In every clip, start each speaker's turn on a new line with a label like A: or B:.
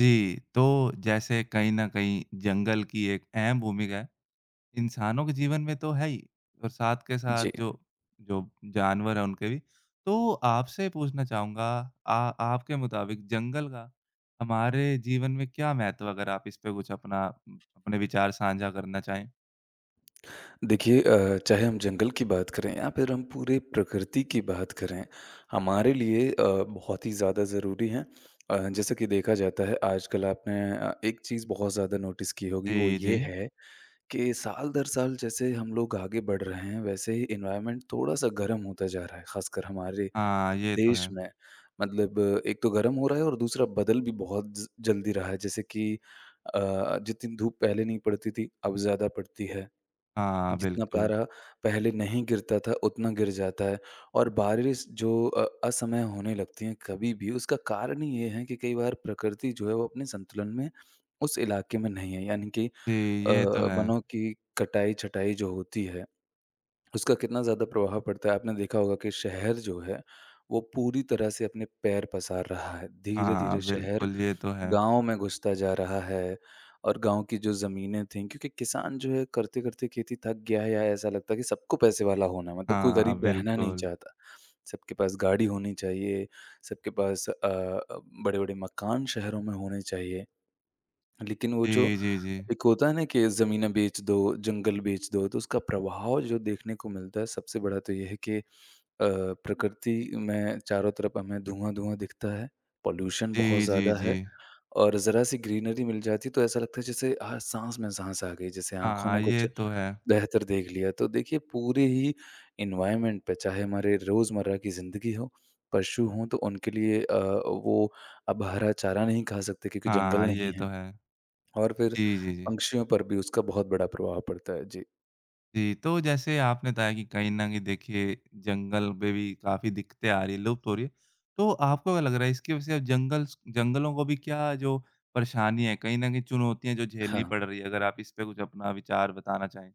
A: जी, तो जैसे कहीं न कहीं जंगल की एक अहम भूमिका है, इंसानों के जीवन में तो है ही और साथ के साथ
B: जी।
A: जो जो जानवर हैं उनके भी। तो आपसे पूछना चाहूँगा आ आपके मुताबिक जंगल का हमारे जीवन में क्या महत्व है? अगर आप इस पे कुछ अपना अपने विचार साझा करना चाहें?
B: देखिए चाहे हम जंगल की बात करें या फिर हम पूरे प्रकृति की बात करें, हमारे लिए बहुत ही ज़्यादा ज़रूरी हैं। जैसे कि देखा जाता है आजकल आपने एक चीज़ बहुत ज़्यादा नोटिस की होगी वो
A: जी,
B: ये
A: जी।
B: है कि साल दर साल जैसे हम लोग आगे बढ़ रहे हैं वैसे ही एनवायरनमेंट थोड़ा-सा गर्म होता जा रहा है, ख़ासकर हमारे
A: हाँ, ये तो
B: देश
A: है।
B: में। मतलब एक तो गर्म हो रहा है और दूसरा बदल भी बहुत ज जल्दी रहा है जैसे कि अ, जितनी धूप पहले नहीं पड़ती थी, अब ज़्यादा पड़ती है।
A: हाँ,
B: जितना
A: बिल्कुल।
B: पारा पहले नहीं गिरता था, उतना गिर जाता है और बारिश जो असमय होने लगती है कभी भी, उसका कारण ही ये है कि कई बार प्रकृति जो है वो अपने संतुलन में उस इलाके में नहीं है। यानी कि
A: जी,
B: अ,
A: ये तो है।
B: वनों की कटाई-छँटाई जो होती है, उसका कितना ज़्यादा प्रभाव पड़ता है। आपने देखा होगा कि शहर जो है, वो पूरी तरह से अपने पैर पसार रहा है। धीरे-धीरे
A: हाँ,
B: शहर
A: बिल्कुल, ये तो है।
B: गाँव में घुसता जा रहा है और गाँव की जो ज़मीनें थीं क्योंकि किसान जो है करते-करते खेती थक गया है या ऐसा लगता है कि सबको पैसे वाला होना है मतलब कोई
A: हाँ,
B: गरीब रहना नहीं
A: बिल्कुल।
B: चाहता। सबके पास गाड़ी होनी चाहिए, सबके पास बड़े-बड़े मकान शहरों में होने चाहिए। लेकिन वो जो
A: जी, जी, जी।
B: एक होता है ना कि ज़मीनें बेच दो, जंगल बेच दो, तो उसका प्रभाव जो देखने को मिलता है सबसे बड़ा तो ये है कि प्रकृति में चारों तरफ हमें धुआँ-धुआँ दिखता है, पॉल्यूशन बहुत
A: जी, जी,
B: ज़्यादा
A: जी।
B: है और ज़रा-सी ग्रीनरी मिल जाती तो ऐसा लगता है जैसे हाँ, साँस में साँस आ गई, जैसे आँखों ने
A: हाँ,
B: कुछ
A: ये तो है।
B: बेहतर देख लिया। तो देखिए पूरे ही एनवायरनमेंट पे चाहे हमारे रोज़मर्रा की ज़िंदगी हो, पशु हों तो उनके लिए वो अब हरा चारा नहीं खा सकते क्योंकि जंगल
A: हाँ,
B: नहीं
A: ये
B: है
A: तो है।
B: और फिर
A: जी, जी, जी।
B: पक्षियों पर भी उसका बहुत बड़ा प्रभाव पड़ता है। जी।
A: जी, तो जैसे आपने बताया कि कहीं न कहीं देखिए जंगल में भी काफ़ी दिक्कतें आ रही हैं, लुप्त हो रही हैं। तो आपको क्या लग रहा है इसकी वजह से अब जंगल्स जंगलों को भी क्या जो परेशानी है, कहीं न कहीं चुनौतियाँ जो
B: हाँ,
A: झेलनी पड़ रही है? अगर आप इस पे कुछ अपना विचार बताना चाहें।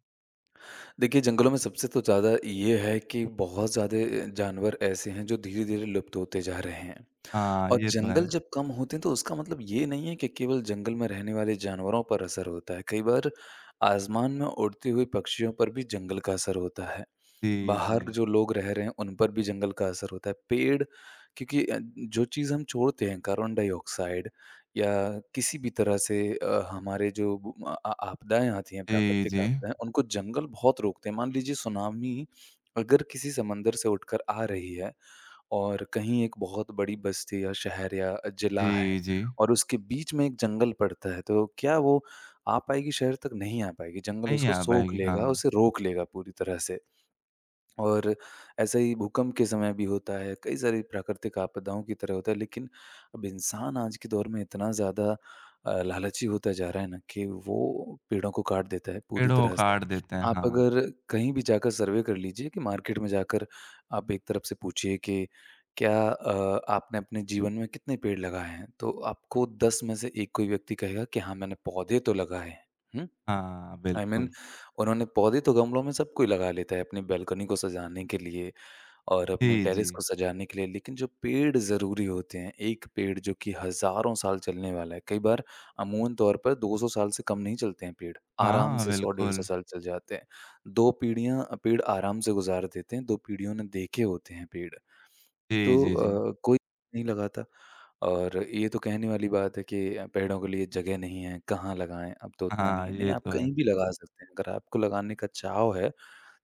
B: देखिए जंगलों में सबसे तो ज़्यादा ये है कि बहुत ज़्यादा जानवर ऐसे हैं जो धीरे-धीरे लुप्त होते जा रहे हैं।
A: हाँ,
B: और
A: ये तो है।
B: जंगल जब कम होते हैं तो उसका मतलब ये नहीं है कि केवल जंगल में रहने वाले जानवरों पर असर होता है। कई बार आसमान में उड़ते हुए पक्षियों पर भी जंगल का असर होता है।
A: जी,
B: बाहर
A: जी।
B: जो लोग रह रहे हैं उन पर भी जंगल का असर होता है। पेड़ क्योंकि जो चीज़ हम छोड़ते हैं कार्बन डाइऑक्साइड या किसी भी तरह से हमारे जो आपदाएँ आती हैं
A: जी,
B: प्राकृतिक
A: जी।
B: आपदाएँ उनको जंगल बहुत रोकते हैं। मान लीजिए सुनामी अगर किसी समंदर से उठकर आ रही है और कहीं एक बहुत बड़ी बस्ती या शहर या जिला है
A: जी, जी।
B: और उसके बीच में एक जंगल पड़ता है, तो क्या वो आ पाएगी शहर तक? नहीं आ पाएगी, जंगल
A: नहीं
B: उसको
A: आ
B: सोख
A: पाएगी,
B: लेगा,
A: हाँ।
B: उसे रोक लेगा पूरी तरह से। और ऐसा ही भूकंप के समय भी होता है, कई सारी प्राकृतिक आपदाओं की तरह होता है, लेकिन अब इंसान आज के दौर में इतना ज़्यादा लालची होता जा रहा है ना कि वो पेड़ों को काट देता है पूरी
A: पेड़ों को
B: तरह से।
A: काट देते हैं,
B: आप
A: हाँ।
B: अगर कहीं भी जाकर सर्वे कर लीजिए कि मार्केट में जाकर आप एक तरफ से पूछिए कि क्या आपने अपने जीवन में कितने पेड़ लगाए हैं? तो आपको 10 में से 1 कोई व्यक्ति कहेगा कि हाँ, मैंने पौधे तो लगाए हैं। हुँ?
A: हाँ,
B: आई मीन
A: बिल्कुल।
B: उन्होंने पौधे तो गमलों में सब कोई लगा लेता है, अपनी बालकनी को सजाने के लिए और अपने
A: जी,
B: टेरेस
A: जी।
B: को सजाने के लिए, लेकिन जो पेड़ ज़रूरी होते हैं, एक पेड़ जो कि हज़ारों साल चलने वाला है, कई बार अमूमन तौर पर 200 साल से कम नहीं चलते हैं पेड़, आराम
A: हाँ,
B: से 100-150
A: बिल्कुल।
B: साल चल जाते हैं। 2 पीढ़ियाँ पेड़ आराम से गुज़ार देते हैं, 2 पीढ़ियों ने देखे होते हैं पेड़।
A: जी,
B: तो
A: जी, जी।
B: कोई नहीं लगाता और ये तो कहने वाली बात है कि पेड़ों के लिए जगह नहीं है, कहाँ लगाएँ, अब तो उतना नहीं
A: हाँ,
B: है। नहीं,
A: ये
B: आप
A: तो है।
B: कहीं भी लगा सकते हैं। अगर आपको लगाने का चाव है,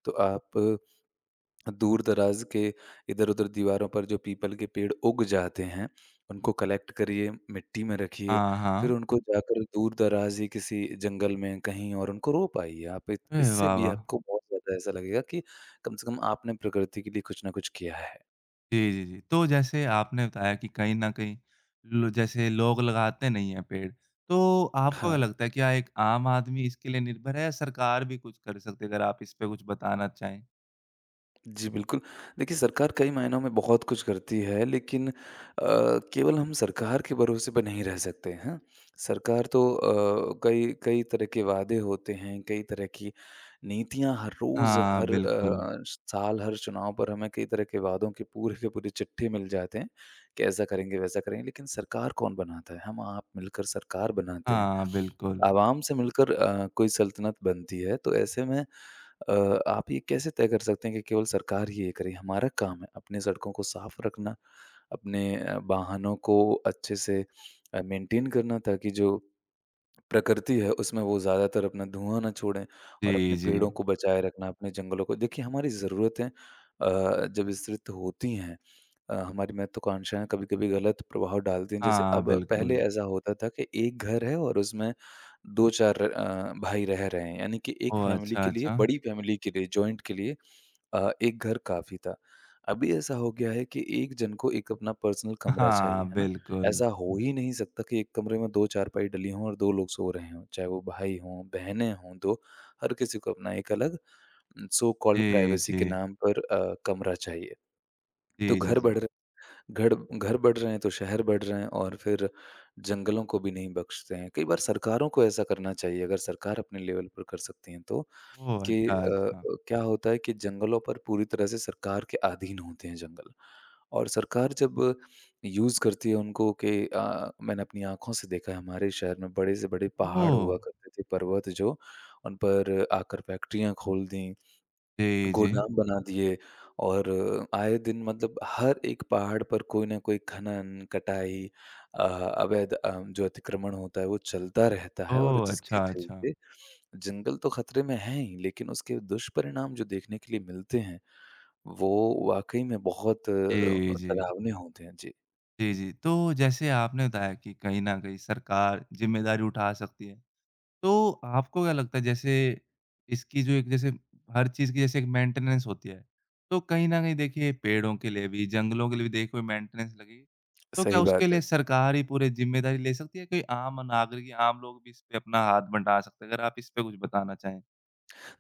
B: तो आप दूर-दराज के इधर-उधर दीवारों पर जो पीपल के पेड़ उग जाते हैं, उनको कलेक्ट करिए, मिट्टी में रखिए,
A: हाँ,
B: फिर
A: हाँ।
B: उनको जाकर दूर-दराज ही किसी जंगल में कहीं और उनको रोप आइए। आप इत
A: अरे
B: इससे
A: वाह,
B: भी
A: वाह!
B: आपको बहुत ज़्यादा ऐसा लगेगा कि कम से कम आपने प्रकृति के लिए कुछ ना कुछ किया है।
A: जी, जी, जी। तो जैसे आपने बताया कि कहीं न कहीं लो जैसे लोग लगाते नहीं हैं पेड़, तो आपको क्या
B: हाँ।
A: लगता है क्या एक आम आदमी इसके लिए निर्भर है या सरकार भी कुछ कर सकती है? अगर आप इस पे कुछ बताना चाहें।
B: जी, बिल्कुल। देखिए, सरकार कई मायनों में बहुत कुछ करती है, लेकिन केवल हम सरकार के भरोसे पे नहीं रह सकते हैं। सरकार तो कई कई तरह के वादे होते हैं, कई तरह की नीतियाँ हर रोज़,
A: हाँ,
B: हर
A: बिल्कुल।
B: साल, हर चुनाव पर हमें कई तरह के वादों के पूरे चिट्ठे मिल जाते हैं कि ऐसा करेंगे, वैसा करेंगे। लेकिन सरकार कौन बनाता है? हम आप मिलकर सरकार बनाते हैं।
A: हाँ, बिल्कुल।
B: आवाम से मिलकर कोई सल्तनत बनती है। तो ऐसे में आप ये कैसे तय कर सकते हैं कि केवल सरकार ही ये करे? हमारा काम है अपनी सड़कों को साफ रखना, अपने वाहनों को अच्छे से मेंटेन करना ताकि जो प्रकृति है उसमें वो ज़्यादातर अपना धुआँ ना छोड़ें और
A: जी,
B: अपने
A: जी।
B: पेड़ों को बचाए रखना, अपने जंगलों को देखिए हमारी ज़रूरतें जब विस्तृत होती हैं हमारी महत्वाकांक्षाएँ कभी-कभी गलत प्रभाव डालती हैं। जैसे
A: हाँ,
B: अब पहले
A: बिल्कुल।
B: ऐसा होता था कि एक घर है और उसमें 2-4 भाई रह रहे हैं, यानी कि एक
A: ओह!
B: फैमिली
A: अच्छा,
B: के लिए
A: अच्छा।
B: बड़ी फैमिली के लिए जॉइंट के लिए एक घर काफ़ी था। अभी ऐसा हो गया है कि एक जन को एक अपना पर्सनल कमरा
A: हाँ,
B: चाहिए, है ना?
A: बिल्कुल।
B: ऐसा हो ही नहीं सकता कि एक कमरे में 2 चारपाई डली हों और 2 लोग सो रहे हों, चाहे वो भाई हों, बहनें हों 2, हर किसी को अपना एक अलग सो कॉल्ड
A: जी,
B: प्राइवेसी के
A: जी।
B: नाम पर कमरा चाहिए। तो
A: जी, जी, जी।
B: घर घर बढ़ रहे हैं तो शहर बढ़ रहे हैं और फिर जंगलों को भी नहीं बख्शते हैं। कई बार सरकारों को ऐसा करना चाहिए, अगर सरकार अपने लेवल पर कर सकती हैं तो।
A: ओह!
B: कि
A: अच्छा, अच्छा।
B: क्या होता है कि जंगलों पर पूरी तरह से सरकार के अधीन होते हैं जंगल। और सरकार जब यूज़ करती है उनको कि मैंने अपनी आँखों से देखा है हमारे शहर में बड़े से बड़े पहाड़
A: ओह!
B: हुआ करते थे, पर्वत जो, उन पर आकर फैक्ट्रियाँ खोल दी।
A: जी, जी।
B: गोदाम बना दिए और आए दिन मतलब हर एक पहाड़ पर कोई ना कोई खनन, कटाई अवैध जो अतिक्रमण होता है वो चलता रहता है और
A: ओह! अच्छा,
B: जिसके
A: अच्छा।
B: चलते जंगल तो खतरे में है ही, लेकिन उसके दुष्परिणाम जो देखने के लिए मिलते हैं, वो वाक़ई में बहुत
A: जी, जी।
B: डरावने होते हैं। जी,
A: जी, जी। तो जैसे आपने बताया कि कहीं न कहीं सरकार ज़िम्मेदारी उठा सकती है। तो आपको क्या लगता है जैसे इसकी जो एक जैसे हर चीज़ की जैसे एक मेंटेनेंस होती है। तो कहीं न कहीं देखिए पेड़ों के लिए भी, जंगलों के लिए भी देखिए कोई मेंटेनेंस लगेगी। तो क्या
B: सही
A: उसके
B: बात है।
A: लिए सरकार ही पूरी ज़िम्मेदारी ले सकती है? कोई आम नागरिक या आम लोग भी इस पे अपना हाथ बँटा सकते हैं? अगर आप इस पे कुछ बताना चाहें?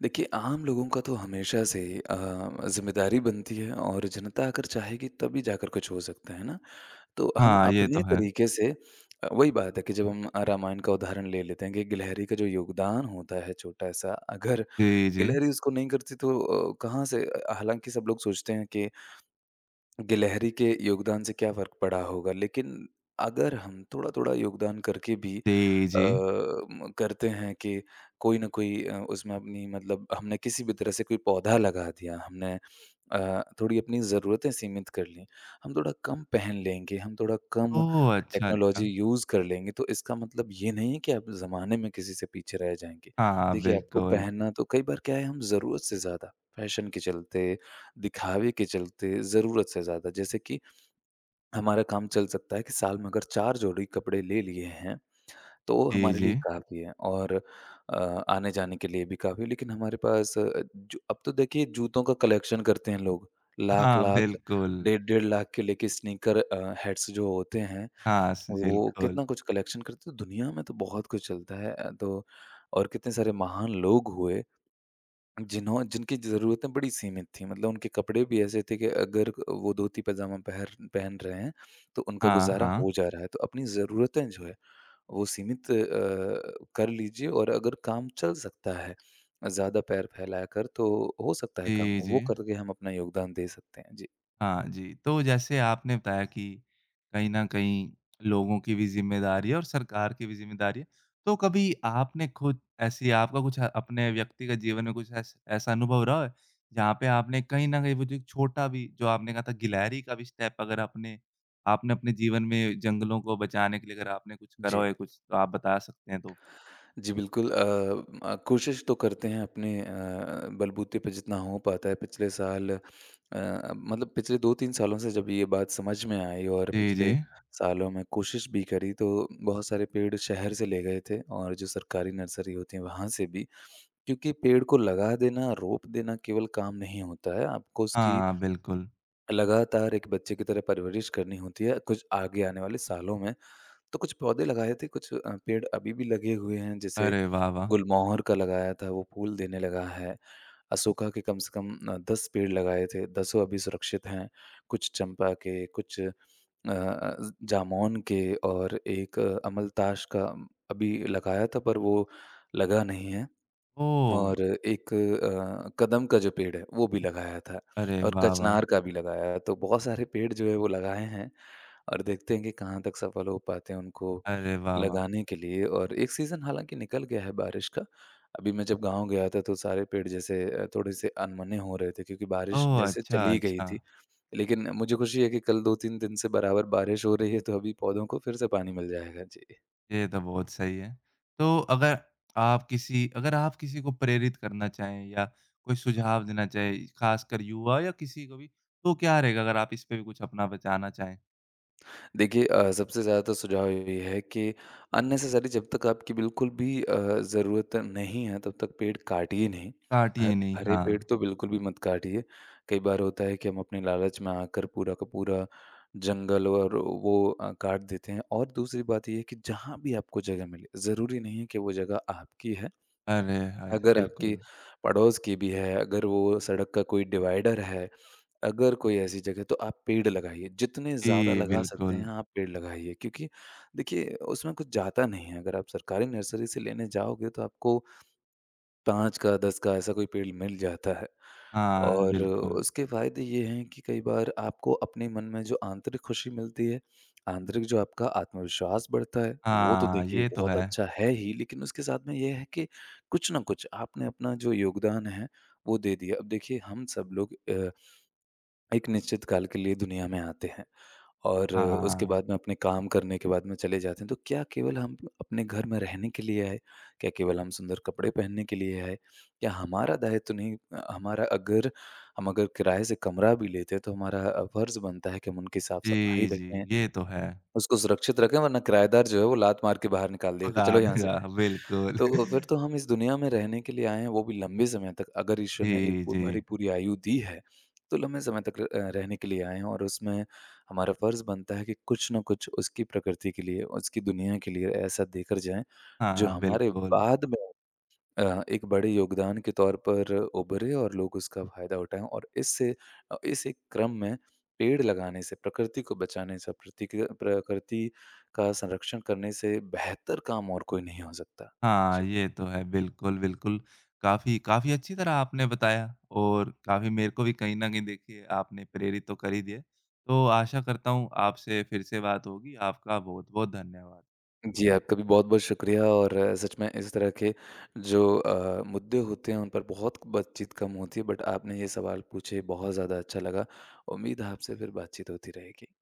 B: देखिए, आम लोगों का तो हमेशा से अ, ज़िम्मेदारी बनती है और जनता अगर चाहेगी तभी जाकर कुछ हो सकता है ना? तो हम
A: हाँ, ये तो
B: अपने
A: है।
B: तरीके से वही बात है कि जब हम रामायण का उदाहरण ले लेते हैं कि गिलहरी का जो योगदान होता है छोटा-सा, अगर
A: जी, जी।
B: गिलहरी उसको नहीं करती तो कहाँ से हालाँकि सब लोग सोचते हैं कि गिलहरी के योगदान से क्या फ़र्क पड़ा होगा, लेकिन अगर हम थोड़ा-थोड़ा योगदान करके भी
A: जी,
B: अ,
A: जी।
B: म करते हैं कि कोई न कोई उसमें अपनी मतलब हमने किसी भी तरह से कोई पौधा लगा दिया, हमने थोड़ी अपनी ज़रूरतें सीमित कर लीं, हम थोड़ा कम पहन लेंगे, हम थोड़ा कम
A: ओह! अच्छा,
B: टेक्नोलॉजी
A: अच्छा।
B: यूज़ कर लेंगे, तो इसका मतलब ये नहीं है कि आप ज़माने में किसी से पीछे रह जाएँगे।
A: हाँ, हाँ,
B: देखिए, आपको
A: बिल्कुल।
B: पहनना तो कई बार क्या है हम ज़रूरत से ज़्यादा फैशन के चलते, दिखावे के चलते, ज़रूरत से ज़्यादा जैसे कि हमारा काम चल सकता है कि साल में अगर 4 जोड़ी कपड़े ले लिए हैं तो वो
A: जी,
B: हमारे
A: जी।
B: लिए काफ़ी है और अ, आने-जाने के लिए भी काफ़ी है, लेकिन हमारे पास जो अब तो देखिए जूतों का कलेक्शन करते हैं लोग,
A: हाँ,
B: लाख-लाख,
A: बिल्कुल।
B: डेढ़ डेढ़ लाख के लेके स्नीकर हेड्स जो होते हैं,
A: हाँ, स
B: वो
A: बिल्कुल।
B: कितना कुछ कलेक्शन करते हैं। दुनिया में तो बहुत कुछ चलता है तो और कितने सारे महान लोग हुए, जिन्हों जिनकी ज़रूरतें बड़ी सीमित थीं, मतलब उनके कपड़े भी ऐसे थे कि अगर वो धोती-पजामा पहर पहन पहन रहे हैं, तो उनका
A: हाँ,
B: गुज़ारा
A: हाँ।
B: हो जा रहा है। तो अपनी ज़रूरतें जो है वो सीमित कर लीजिए और अगर काम चल सकता है, ज़्यादा पैर फैलाया कर तो हो सकता है काम,
A: जी, जी।
B: वो करके हम अपना योगदान दे सकते हैं। जी।
A: हाँ जी, तो जैसे आपने बताया कि कहीं न कहीं लोगों की भी ज़िम्मेदारी है और सरकार की भी ज़िम्मेदारी है। तो कभी आपने खुद ऐसी आपका कुछ अपने व्यक्तिगत जीवन में कुछ ऐस ऐसा अनुभव रहा है, जहाँ पे आपने कहीं न कहीं वो जो एक छोटा भी जो आपने कहा था गिलहरी का भी स्टेप अगर आपने आपने अपने जीवन में जंगलों को बचाने के लिए अगर आपने कुछ करा
B: जी।
A: हो या कुछ तो आप बता सकते हैं तो?
B: जी, बिल्कुल कोशिश तो करते हैं अपने बलबूते पे जितना हो पाता है। पिछले साल मतलब पिछले 2-3 सालों से जब ये बात समझ में आई और
A: जी, जी।
B: पिछले सालों में कोशिश भी करी, तो बहुत सारे पेड़ शहर से ले गए थे और जो सरकारी नर्सरी होती है, वहाँ से भी। क्योंकि पेड़ को लगा देना, रोप देना केवल काम नहीं होता है। आपको उसकी
A: हाँ, बिल्कुल।
B: लगातार एक बच्चे की तरह परवरिश करनी होती है, कुछ आगे आने वाले सालों में। तो कुछ पौधे लगाए थे, कुछ पेड़ अभी भी लगे हुए हैं। जैसे
A: अरे वाह, वाह!
B: गुलमोहर का लगाया था, वो फूल देने लगा है। अशोका के कम से कम 10 पेड़ लगाए थे, दसों अभी सुरक्षित हैं। कुछ चंपा के, जामुन के और एक अमलतास का अभी लगाया था पर वो लगा नहीं है।
A: ओह!
B: और एक कदम का जो पेड़ है वो भी लगाया था
A: अरे
B: और
A: वाह, वाह!
B: कचनार का भी लगाया है। तो बहुत सारे पेड़ जो है वो लगाए हैं और देखते हैं कि कहाँ तक सफल हो पाते हैं उनको
A: अरे वाह, वाह!
B: लगाने के लिए। और एक सीज़न हालाँकि निकल गया है बारिश का। अभी मैं जब गाँव गया था तो सारे पेड़ जैसे थोड़े से अनमने हो रहे थे क्योंकि बारिश
A: ओह!
B: जैसे
A: अच्छा,
B: चली गई
A: अच्छा।
B: थी। लेकिन मुझे खुशी है कि कल 2-3 दिन से बराबर बारिश हो रही है, तो अभी पौधों को फिर से पानी मिल जाएगा। जी।
A: ये तो बहुत सही है। तो अगर आप किसी अगर आप किसी को प्रेरित करना चाहें या कोई सुझाव देना चाहें, खासकर युवा या किसी को भी, तो क्या रहेगा अगर आप इस पे भी कुछ अपना बताना चाहें?
B: देखिए, सबसे ज़्यादा तो सुझाव ये है कि अननेसेसरी, जब तक आपकी बिल्कुल भी ज़रूरत नहीं है, तब तक पेड़ काटिए नहीं।
A: काटिए
B: हर
A: नहीं,
B: हरे पेड़
A: हाँ।
B: तो बिल्कुल भी मत काटिए। कई बार होता है कि हम अपने लालच में आकर पूरा का पूरा जंगल और वो काट देते हैं। और दूसरी बात ये है कि जहाँ भी आपको जगह मिले, ज़रूरी नहीं है कि वो जगह आपकी है।
A: अरे! हाँ,
B: अगर आपकी
A: बिल्कुल।
B: पड़ोस की भी है, अगर वो सड़क का कोई डिवाइडर है, अगर कोई ऐसी जगह, तो आप पेड़ लगाइए। जितने ज़्यादा
A: जी,
B: लगा सकते
A: बिल्कुल।
B: हैं आप पेड़ लगाइए, क्योंकि देखिए उसमें कुछ जाता नहीं है। अगर आप सरकारी नर्सरी से लेने जाओगे तो आपको 5 का 10 का ऐसा कोई पेड़ मिल जाता है।
A: हाँ,
B: और
A: बिल्कुल।
B: उसके फ़ायदे ये हैं कि कई बार आपको अपने मन में जो आंतरिक खुशी मिलती है, आंतरिक जो आपका आत्मविश्वास बढ़ता है, वो तो
A: हाँ,
B: देखिए
A: ये तो
B: बहुत
A: है।
B: अच्छा है ही, लेकिन उसके साथ में ये है कि कुछ ना कुछ आपने अपना जो योगदान है, वो दे दिया। अब देखिए, हम सब लोग एक निश्चित काल के लिए दुनिया में आते हैं। और उसके
A: हाँ।
B: बाद में अपने काम करने के बाद में चले जाते हैं। तो क्या केवल हम अपने घर में रहने के लिए आए? क्या केवल हम सुंदर कपड़े पहनने के लिए आए? क्या हमारा दायित्व तो नहीं, हमारा अगर हम अगर किराए से कमरा भी लेते हैं तो हमारा फ़र्ज़ बनता है कि हम उनकी साफ-सफाई
A: जी, जी,
B: रखें।
A: ये तो है।
B: उसको सुरक्षित रखें, वरना किराएदार जो है वो लात मार के बाहर निकाल देगा कि
A: भगा
B: चलो यहाँ से।
A: देगा, बिल्कुल।
B: तो फिर तो हम इस दुनिया में रहने के लिए आए हैं, वो भी लंबे समय तक। अगर ईश्वर ने एक
A: जी,
B: पू
A: जी।
B: भरी पूरी आयु दी है, तो लंबे समय तक रहने के लिए आए हैं। और उसमें हमारा फ़र्ज़ बनता है कि कुछ न कुछ उसकी प्रकृति के लिए, उसकी दुनिया के लिए ऐसा देकर जाएँ, जो
A: हाँ,
B: हमारे
A: बिल्कुल।
B: बाद में एक बड़े योगदान के तौर पर उभरे और लोग उसका फ़ायदा उठाएँ। और इस एक क्रम में पेड़ लगाने से, प्रकृति को बचाने से, प्रतिक्र प्रकृति का संरक्षण करने से बेहतर काम और कोई नहीं हो सकता।
A: हाँ,
B: जी।
A: ये तो है। बिल्कुल, बिल्कुल। काफ़ी काफ़ी अच्छी तरह आपने बताया और काफ़ी मेरे को भी कहीं न कहीं देखिए आपने प्रेरित तो कर ही दिया। तो आशा करता हूँ आपसे फिर से बात होगी। आपका बहुत-बहुत धन्यवाद।
B: जी, आपका भी बहुत-बहुत शुक्रिया। और सच में इस तरह के जो मुद्दे होते हैं उन पर बहुत बातचीत कम होती है, बट आपने ये सवाल पूछे, बहुत ज़्यादा अच्छा लगा। उम्मीद है आपसे फिर बातचीत होती रहेगी।